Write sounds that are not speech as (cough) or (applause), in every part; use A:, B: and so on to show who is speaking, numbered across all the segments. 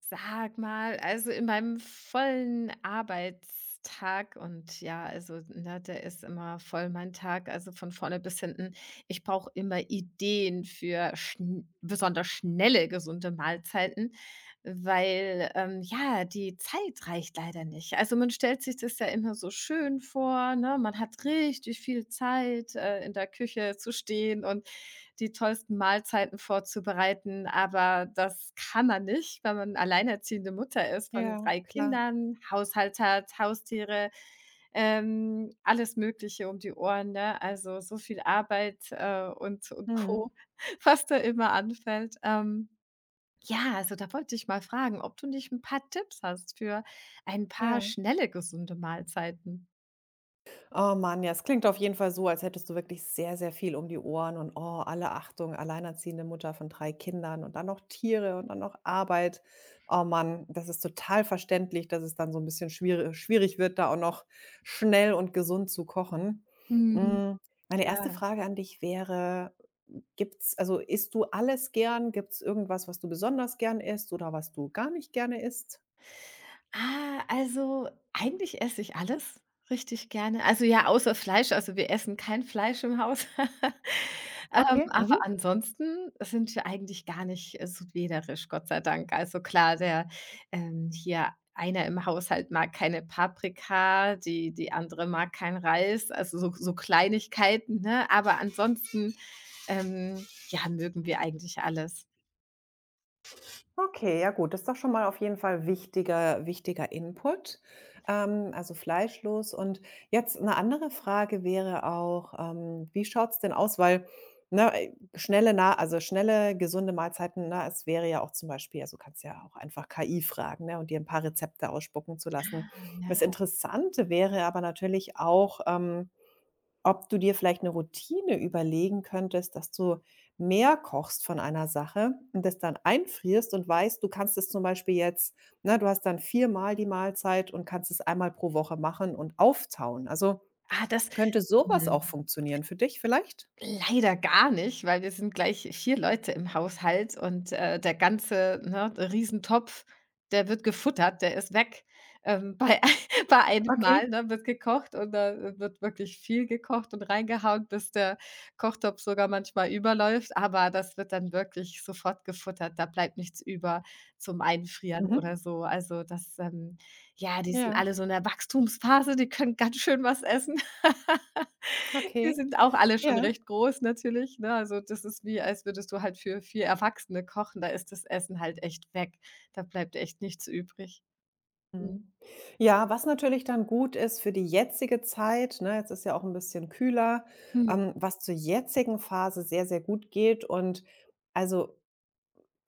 A: Sag mal, also in meinem vollen Arbeitstag und ja, also ne, der ist immer voll mein Tag, also von vorne bis hinten. Ich brauche immer Ideen für schn besonders schnelle, gesunde Mahlzeiten, weil ja, die Zeit reicht leider nicht. Also man stellt sich das ja immer so schön vor, ne? Man hat richtig viel Zeit, in der Küche zu stehen und die tollsten Mahlzeiten vorzubereiten, aber das kann man nicht, weil man alleinerziehende Mutter ist von
B: Ja,
A: 3
B: klar.
A: Kindern, Haushalt hat, Haustiere, alles Mögliche um die Ohren, ne? Also, so viel Arbeit, und
B: Mhm.
A: Co., (laughs) was da immer anfällt. Ja, also, da wollte ich mal fragen, ob du nicht ein paar Tipps hast für ein paar
B: Ja.
A: schnelle, gesunde Mahlzeiten?
B: Oh Mann, ja, es klingt auf jeden Fall so, als hättest du wirklich sehr, sehr viel um die Ohren und, oh, alle Achtung, alleinerziehende Mutter von 3 Kindern und dann noch Tiere und dann noch Arbeit. Oh Mann, das ist total verständlich, dass es dann so ein bisschen schwierig wird, da auch noch schnell und gesund zu kochen.
A: Mhm,
B: Hm, meine erste
A: ja.
B: Frage an dich wäre, gibt's also, isst du alles gern? Gibt's irgendwas, was du besonders gern isst oder was du gar nicht gerne isst?
A: Ah, also eigentlich esse ich alles richtig gerne. Also, ja, außer Fleisch. Also, wir essen kein Fleisch im Haus. (laughs)
B: Okay,
A: Aber
B: mhm.
A: ansonsten sind wir eigentlich gar nicht, so wählerisch, Gott sei Dank. Also, klar, der, hier einer im Haushalt mag keine Paprika, die die andere mag keinen Reis, also so Kleinigkeiten, ne? Aber ansonsten, ja, mögen wir eigentlich alles.
B: Okay, ja gut, das ist doch schon mal auf jeden Fall wichtiger Input, also fleischlos. Und jetzt eine andere Frage wäre auch, wie schaut's denn aus? Weil, ne, schnelle nah also schnelle, gesunde Mahlzeiten, ne, es wäre ja auch zum Beispiel also, du kannst ja auch einfach KI fragen, ne, und dir ein paar Rezepte ausspucken zu lassen.
A: Ah, ja.
B: Das Interessante wäre aber natürlich auch, ob du dir vielleicht eine Routine überlegen könntest, dass du mehr kochst von einer Sache und das dann einfrierst und weißt, du kannst es zum Beispiel jetzt ne, du hast dann viermal die Mahlzeit und kannst es einmal pro Woche machen und auftauen. Also,
A: Ah, das
B: könnte sowas auch
A: mhm.
B: funktionieren für dich vielleicht?
A: Leider gar nicht, weil wir sind gleich 4 Leute im Haushalt und, der ganze, ne, Riesentopf, der wird gefuttert, der ist weg. Bei (laughs) bei einem
B: Okay.
A: Mal, ne, wird gekocht und da wird wirklich viel gekocht und reingehauen, bis der Kochtopf sogar manchmal überläuft, aber das wird dann wirklich sofort gefuttert. Da bleibt nichts über zum Einfrieren oder
B: Mhm.
A: so. Also, das, ja, die sind
B: Ja,
A: alle so in der Wachstumsphase, die können ganz schön was essen. (laughs) Wir
B: okay.
A: sind auch alle schon
B: Ja.
A: recht groß natürlich, ne? Also, das ist wie, als würdest du halt für 4 Erwachsene kochen, da ist das Essen halt echt weg. Da bleibt echt nichts übrig. Mhm.
B: Mhm. Ja, was natürlich dann gut ist für die jetzige Zeit, ne, jetzt ist ja auch ein bisschen kühler,
A: Mhm.
B: was zur jetzigen Phase sehr, sehr gut geht und also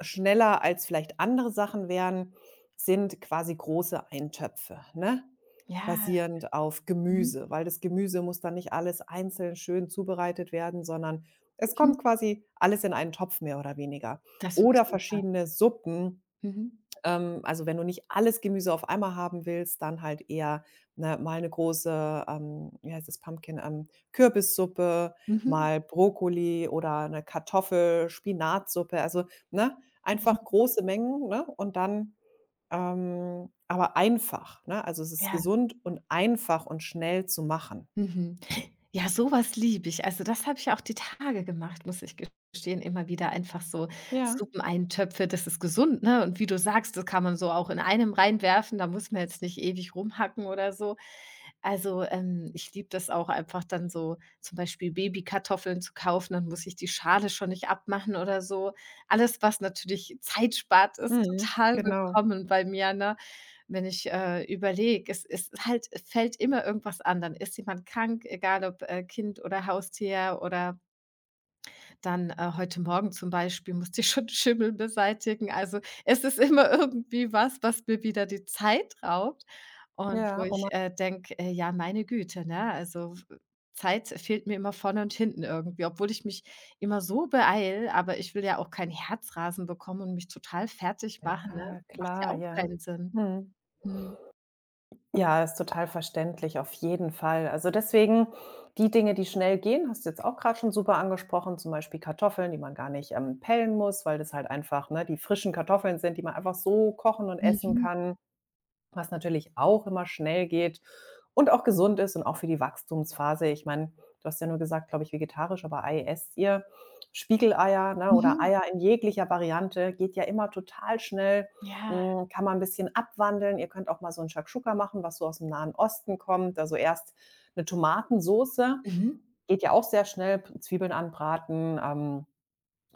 B: schneller als vielleicht andere Sachen wären, sind quasi große Eintöpfe, ne,
A: Ja.
B: basierend auf
A: Mhm.
B: Gemüse, weil das Gemüse muss dann nicht alles einzeln schön zubereitet werden, sondern es
A: Mhm.
B: kommt quasi alles in einen Topf mehr oder weniger.
A: Das finde ich
B: Oder
A: super.
B: verschiedene Suppen
A: Mhm.
B: also, wenn du nicht alles Gemüse auf einmal haben willst, dann halt eher, ne, mal eine große, wie heißt das, Pumpkin, Kürbissuppe,
A: Mhm.
B: mal Brokkoli oder eine Kartoffel, Spinatsuppe, also, ne, einfach
A: Mhm.
B: große Mengen, ne, und dann, aber einfach, ne? Also, es ist
A: Ja.
B: gesund und einfach und schnell zu machen.
A: Mhm. Ja, sowas liebe ich. Also, das habe ich auch die Tage gemacht, muss ich gestehen, immer wieder einfach so
B: Ja,
A: Suppeneintöpfe, das ist gesund, ne? Und wie du sagst, das kann man so auch in einem reinwerfen, da muss man jetzt nicht ewig rumhacken oder so. Also, ich liebe das auch einfach dann so zum Beispiel Babykartoffeln zu kaufen, dann muss ich die Schale schon nicht abmachen oder so. Alles, was natürlich Zeit spart, ist
B: mhm,
A: total
B: genau.
A: willkommen bei mir, ne? Wenn ich, überlege, es fällt immer irgendwas an. Dann ist jemand krank, egal ob, Kind oder Haustier oder dann, heute Morgen zum Beispiel musste ich schon (laughs) Schimmel beseitigen. Also, es ist immer irgendwie was, was mir wieder die Zeit raubt und wo
B: Ja,
A: ich,
B: oh
A: denke, ja, meine Güte, ne? Also, w Zeit fehlt mir immer vorne und hinten irgendwie, obwohl ich mich immer so beeile, aber ich will ja auch kein Herzrasen bekommen und mich total fertig machen, ne?
B: ja,
A: Macht ja
B: klar,
A: auch
B: ja.
A: keinen Sinn.
B: Mhm.
A: Mhm.
B: Ja, ist total verständlich, auf jeden Fall. Also deswegen die Dinge, die schnell gehen, hast du jetzt auch gerade schon super angesprochen, zum Beispiel Kartoffeln, die man gar nicht, pellen muss, weil das halt einfach, ne, die frischen Kartoffeln sind, die man einfach so kochen und essen
A: Mhm.
B: kann was natürlich auch immer schnell geht und auch gesund ist und auch für die Wachstumsphase. Ich meine, du hast ja nur gesagt, glaube ich, vegetarisch, aber Ei esst ihr. Spiegeleier, ne, oder
A: Mhm.
B: Eier in jeglicher Variante geht ja immer total schnell.
A: Ja.
B: Hm, kann man ein bisschen abwandeln. Ihr könnt auch mal so ein Shakshuka machen, was so aus dem Nahen Osten kommt. Also, erst eine Tomatensoße,
A: Mhm.
B: geht ja auch sehr schnell, Zwiebeln anbraten,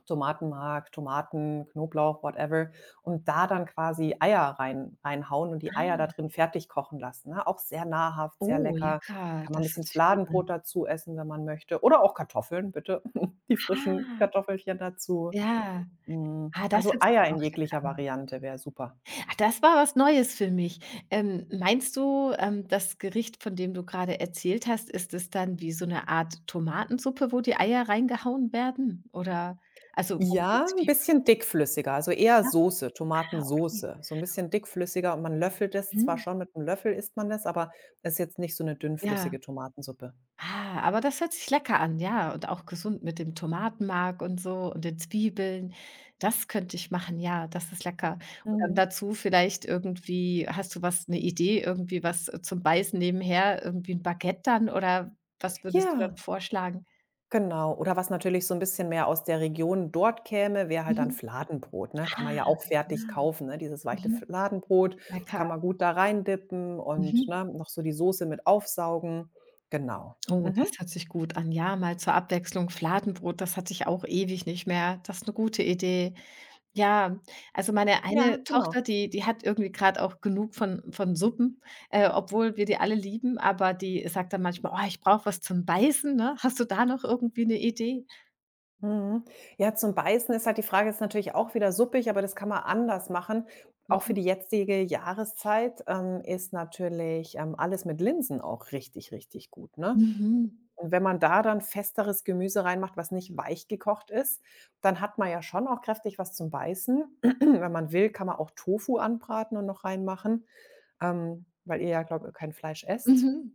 B: Tomatenmark, Tomaten, Knoblauch, whatever und da dann quasi Eier reinhauen und die Eier da
A: Ah,
B: drin fertig kochen lassen, ne? Auch sehr nahrhaft, sehr
A: oh,
B: lecker.
A: lecker.
B: Kann man ein
A: Das hört
B: bisschen
A: sich gut
B: Fladenbrot
A: an.
B: dazu essen, wenn man möchte oder auch Kartoffeln, bitte, (laughs) die frischen
A: Ah,
B: Kartoffelchen dazu.
A: ja.
B: Hm,
A: Ah, das
B: also
A: hört sich ja
B: Eier in
A: auch lecker
B: jeglicher
A: an.
B: Variante wäre super.
A: Ah, das war was Neues für mich. Meinst du, das Gericht, von dem du gerade erzählt hast, ist es dann wie so 'ne Art Tomatensuppe, wo die Eier reingehauen werden? Oder also, wo man die
B: Ja, ein
A: Zwiebeln
B: bisschen dickflüssiger, also eher
A: ja,
B: Soße,
A: ah, okay.
B: Tomatensoße, so ein bisschen dickflüssiger und man löffelt es zwar
A: Mhm.
B: schon mit einem Löffel isst man das, aber es ist jetzt nicht so eine
A: Ja.
B: dünnflüssige Tomatensuppe.
A: Ah, aber das hört sich lecker an, ja. Und auch gesund mit dem Tomatenmark und so und den Zwiebeln. Das könnte ich machen, ja, das ist lecker. Und dann
B: Mhm.
A: dazu vielleicht irgendwie, hast du was, eine Idee, irgendwie was, zum Beißen nebenher, irgendwie ein Baguette dann oder was würdest du
B: Ja,
A: dann vorschlagen?
B: genau. Oder was natürlich so 'n bisschen mehr aus der Region dort käme, wäre halt dann
A: Mhm.
B: Fladenbrot, ne? Kann man
A: Ah,
B: ja auch fertig
A: ja,
B: kaufen, ne? Dieses leichte
A: mhm,
B: Fladenbrot
A: lecker.
B: kann man gut da reindippen und,
A: Mhm.
B: ne, noch so die Soße mit aufsaugen. Genau.
A: Oh,
B: Mhm.
A: das hört sich gut an. Ja, mal zur Abwechslung Fladenbrot, das hatte ich auch ewig nicht mehr. Das ist eine gute Idee. Ja, also meine
B: Ja,
A: eine
B: genau.
A: Tochter, die die hat irgendwie gerade auch genug von Suppen, obwohl wir die alle lieben, aber die sagt dann manchmal: „Oh, ich brauche was zum Beißen“, ne? Hast du da noch irgendwie eine Idee?
B: Mhm. Ja, zum Beißen ist halt die Frage ist natürlich auch wieder suppig, aber das kann man anders machen. Auch für
A: Mhm.
B: die jetzige Jahreszeit, ist natürlich, alles mit Linsen auch richtig, richtig gut, ne?
A: Mhm.
B: Und wenn man da dann festeres Gemüse reinmacht, was nicht weich gekocht ist, dann hat man ja schon auch kräftig was zum Beißen. (clears throat) Wenn man will, kann man auch Tofu anbraten und noch reinmachen, weil ihr ja, glaube ich kein Fleisch esst.
A: Mhm.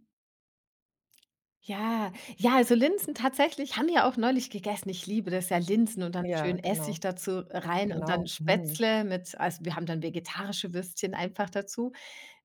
A: Ja. Ja, also Linsen tatsächlich haben wir auch neulich gegessen. Ich liebe das ja, Linsen und dann
B: Ja,
A: schön
B: genau,
A: Essig dazu rein und dann
B: genau. Mhm.
A: Spätzle mit also wir haben dann vegetarische Würstchen einfach dazu.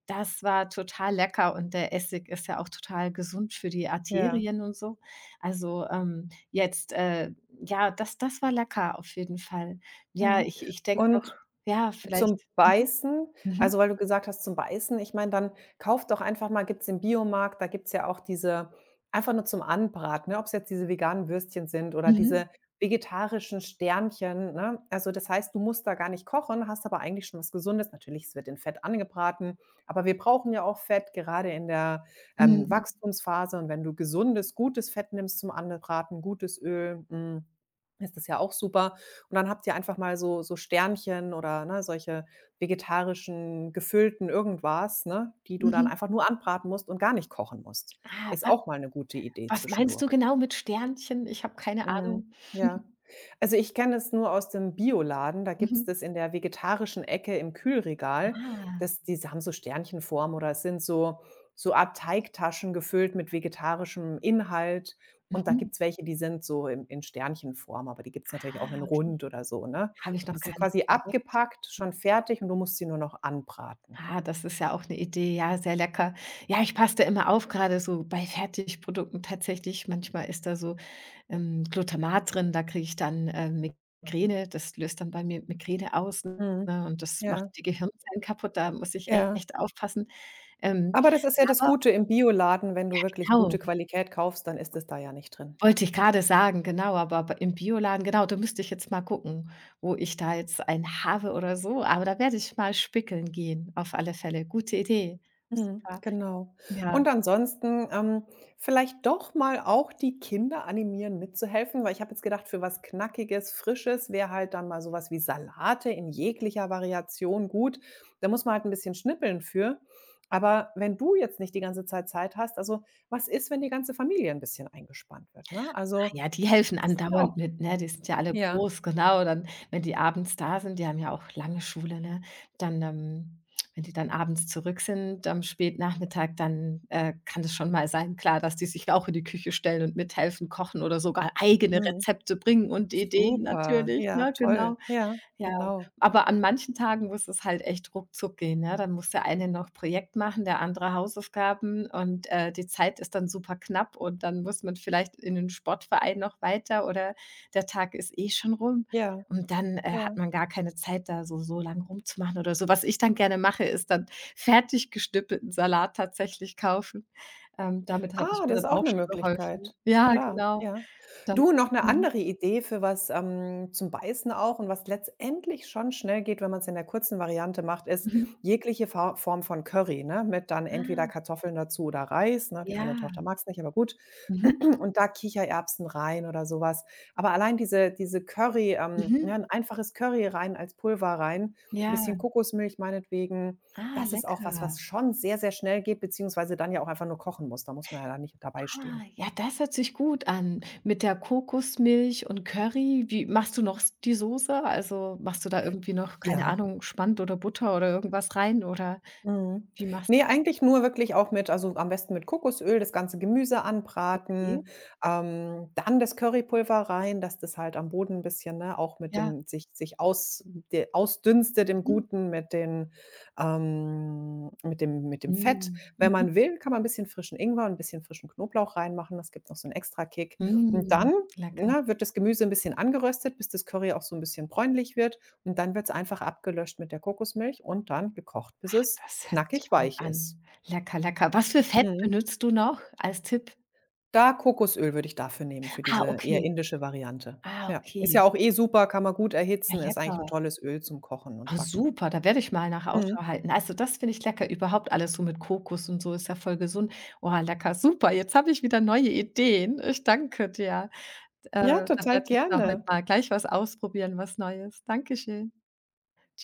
A: Das war total lecker und der Essig ist ja auch total gesund für die
B: Ja,
A: Arterien und so. Also, ja, das war lecker auf jeden Fall. Ja,
B: mhm.
A: ich denke noch
B: Und
A: ja,
B: Zum
A: vielleicht mhm,
B: Beißen
A: mhm,
B: also, weil du gesagt hast, zum Beißen, ich meine, dann kauft doch einfach mal gibt's im Biomarkt, da gibt's ja auch diese einfach nur zum Anbraten, ne, ob es jetzt diese veganen Würstchen sind oder
A: mhm,
B: diese vegetarischen Sternchen, ne? Also, das heißt, du musst da gar nicht kochen, hast aber eigentlich schon was Gesundes. Natürlich, es wird in Fett angebraten, aber wir brauchen ja auch Fett, gerade in der,
A: mhm,
B: Wachstumsphase. Und wenn du gesundes, gutes Fett nimmst zum Anbraten, gutes Öl, hm, ist das ja auch super. Und dann habt ihr einfach mal so Sternchen oder, ne, solche vegetarischen, gefüllten irgendwas, ne, die du dann
A: mhm.
B: einfach nur anbraten musst und gar nicht kochen musst.
A: Ah,
B: Ist
A: wa
B: auch mal eine gute Idee
A: was meinst
B: zwischendurch.
A: du genau mit Sternchen? Ich habe keine
B: Mhm,
A: Ahnung.
B: ja.
A: (laughs)
B: Also, ich kenne es nur aus dem Bioladen, da
A: Mhm,
B: gibt's
A: mhm.
B: das in der vegetarischen Ecke im Kühlregal.
A: Ah,
B: Das diese haben so Sternchenform oder es sind so so Art Teigtaschen gefüllt mit vegetarischem Inhalt und da
A: mhm.
B: gibt's welche, die sind so in Sternchenform, aber die gibt's natürlich
A: Ah,
B: auch in
A: okay.
B: rund oder so, ne?
A: Habe ich
B: Die
A: noch gar
B: sind
A: nicht
B: quasi
A: entdeckt.
B: abgepackt, schon fertig und du musst sie nur noch anbraten.
A: Ah, das ist ja auch eine Idee, ja, sehr lecker. Ja, ich passe da immer auf, gerade so bei Fertigprodukten tatsächlich. Manchmal ist da so, Glutamat drin, da kriege ich dann, Migräne. Das löst dann bei mir Migräne aus, ne,
B: Mhm.
A: und das macht
B: Ja,
A: die Gehirnzellen kaputt. Da muss ich
B: ja.
A: echt aufpassen. Ähm,
B: Aber das ist ja das
A: aber
B: Gute im Bioladen, wenn du wirklich gute
A: genau,
B: Qualität kaufst, dann ist es da ja nicht drin.
A: wollte ich gerade sagen, genau, aber b im Bioladen genau, da müsste ich jetzt mal gucken, wo ich da jetzt einen habe oder so, aber da werde ich mal spickeln gehen, auf alle Fälle. Gute Idee.
B: Mhm,
A: Super,
B: genau.
A: ja.
B: Und ansonsten, vielleicht doch mal auch die Kinder animieren, mitzuhelfen, weil ich habe jetzt gedacht, für was Knackiges, Frisches wäre halt dann mal sowas wie Salate in jeglicher Variation gut. Da muss man halt ein bisschen schnippeln für. Aber wenn du jetzt nicht die ganze Zeit hast also, was ist, wenn die ganze Familie ein bisschen eingespannt wird, ne? Also,
A: Ja, die helfen
B: das ist ja
A: andauernd
B: auch
A: mit, ne? Die sind ja alle
B: ja.
A: groß, genau. Dann, wenn die abends da sind die haben ja auch lange Schule, ne? Dann, wenn die dann abends zurück sind am Spätnachmittag, dann, kann es schon mal sein, klar, dass die sich auch in die Küche stellen und mithelfen, kochen oder sogar eigene
B: Mhm.
A: Rezepte bringen und Ideen
B: Super.
A: natürlich,
B: Ja,
A: ne?
B: toll.
A: Genau.
B: Ja,
A: Ja,
B: genau.
A: aber an manchen Tagen muss es halt echt ruckzuck gehen, ne? Dann muss der eine noch Projekt machen, der andere Hausaufgaben und, die Zeit ist dann super knapp und dann muss man vielleicht in den Sportverein noch weiter oder der Tag ist eh schon rum
B: Ja,
A: und dann, hat
B: ja.
A: man gar keine Zeit, da so lang rumzumachen oder so. Was ich dann gerne mache, ist dann fertig gestüppelten Salat tatsächlich kaufen. Damit habe ich
B: Ah,
A: mir
B: das ist
A: dann
B: auch
A: auch
B: 'ne
A: schon
B: Möglichkeit.
A: geholfen. Ja,
B: Klar,
A: genau.
B: ja.
A: Dann
B: Du, noch 'ne
A: mhm,
B: andere Idee für was, zum Beißen auch und was letztendlich schon schnell geht, wenn man's in der kurzen Variante macht, ist
A: mhm.
B: jegliche Fa Form von Curry, ne, mit dann entweder
A: Ah,
B: Kartoffeln dazu oder Reis, ne? Die eine Tochter
A: ja.
B: mag's nicht, aber gut.
A: Mhm,
B: (clears throat) Und da Kichererbsen rein oder so was. Aber allein diese Curry, ja,
A: mhm.
B: 'n einfaches Curry rein als Pulver rein, 'n bisschen
A: Ja,
B: Kokosmilch meinetwegen,
A: ah,
B: das ist auch
A: lecker.
B: was, was schon sehr, sehr schnell geht, beziehungsweise dann ja auch einfach nur kochen muss. Da muss man ja dann nicht dabei stehen.
A: Ah, ja, das hört sich gut an. Mit der Kokosmilch und Curry, wie machst du noch die Soße? Also, machst du da irgendwie noch, keine
B: Ja.
A: Ahnung, Spand oder Butter oder irgendwas rein oder
B: Mhm.
A: wie machst
B: Ne, eigentlich nur wirklich auch mit also, am besten mit Kokosöl das ganze Gemüse
A: okay,
B: anbraten, dann das Currypulver rein, dass das halt am Boden 'n bisschen, ne, auch mit
A: ja.
B: dem sich ausdünstet im
A: Mhm.
B: Guten mit den mit dem Fett.
A: Mhm.
B: Wenn
A: Mhm.
B: man will, kann man ein bisschen frischen Ingwer und ein bisschen frischen Knoblauch reinmachen, das gibt noch so einen Extra-Kick. Und
A: Mhm.
B: dann,
A: Lecker.
B: ne, wird das Gemüse ein bisschen angeröstet, bis das Curry auch so ein bisschen bräunlich wird. Und dann wird's einfach abgelöscht mit der Kokosmilch und dann gekocht, bis es
A: Das hört sich
B: knackig
A: gut
B: weich ist.
A: an. Lecker, lecker. Was für Fett
B: Mhm.
A: benutzt du noch als Tipp?
B: Da Kokosöl würde ich dafür nehmen, für
A: Ah,
B: diese eher
A: okay.
B: indische Variante.
A: Ah,
B: Ja, ist
A: okay.
B: ja auch eh super, kann man gut
A: Ja,
B: erhitzen, ist eigentlich 'n
A: lecker.
B: tolles Öl zum Kochen und
A: Ah,
B: Backen.
A: super, da werde ich mal nach
B: Mhm.
A: Ausschau halten. Also, das finde ich lecker. Überhaupt alles so mit Kokos und so ist ja voll gesund. Oh, lecker, super. Jetzt habe ich wieder neue Ideen. Ich danke dir.
B: Ja,
A: Da
B: total
A: werde ich da heute
B: gerne.
A: mal gleich was ausprobieren, was Neues. Dankeschön. Ciao.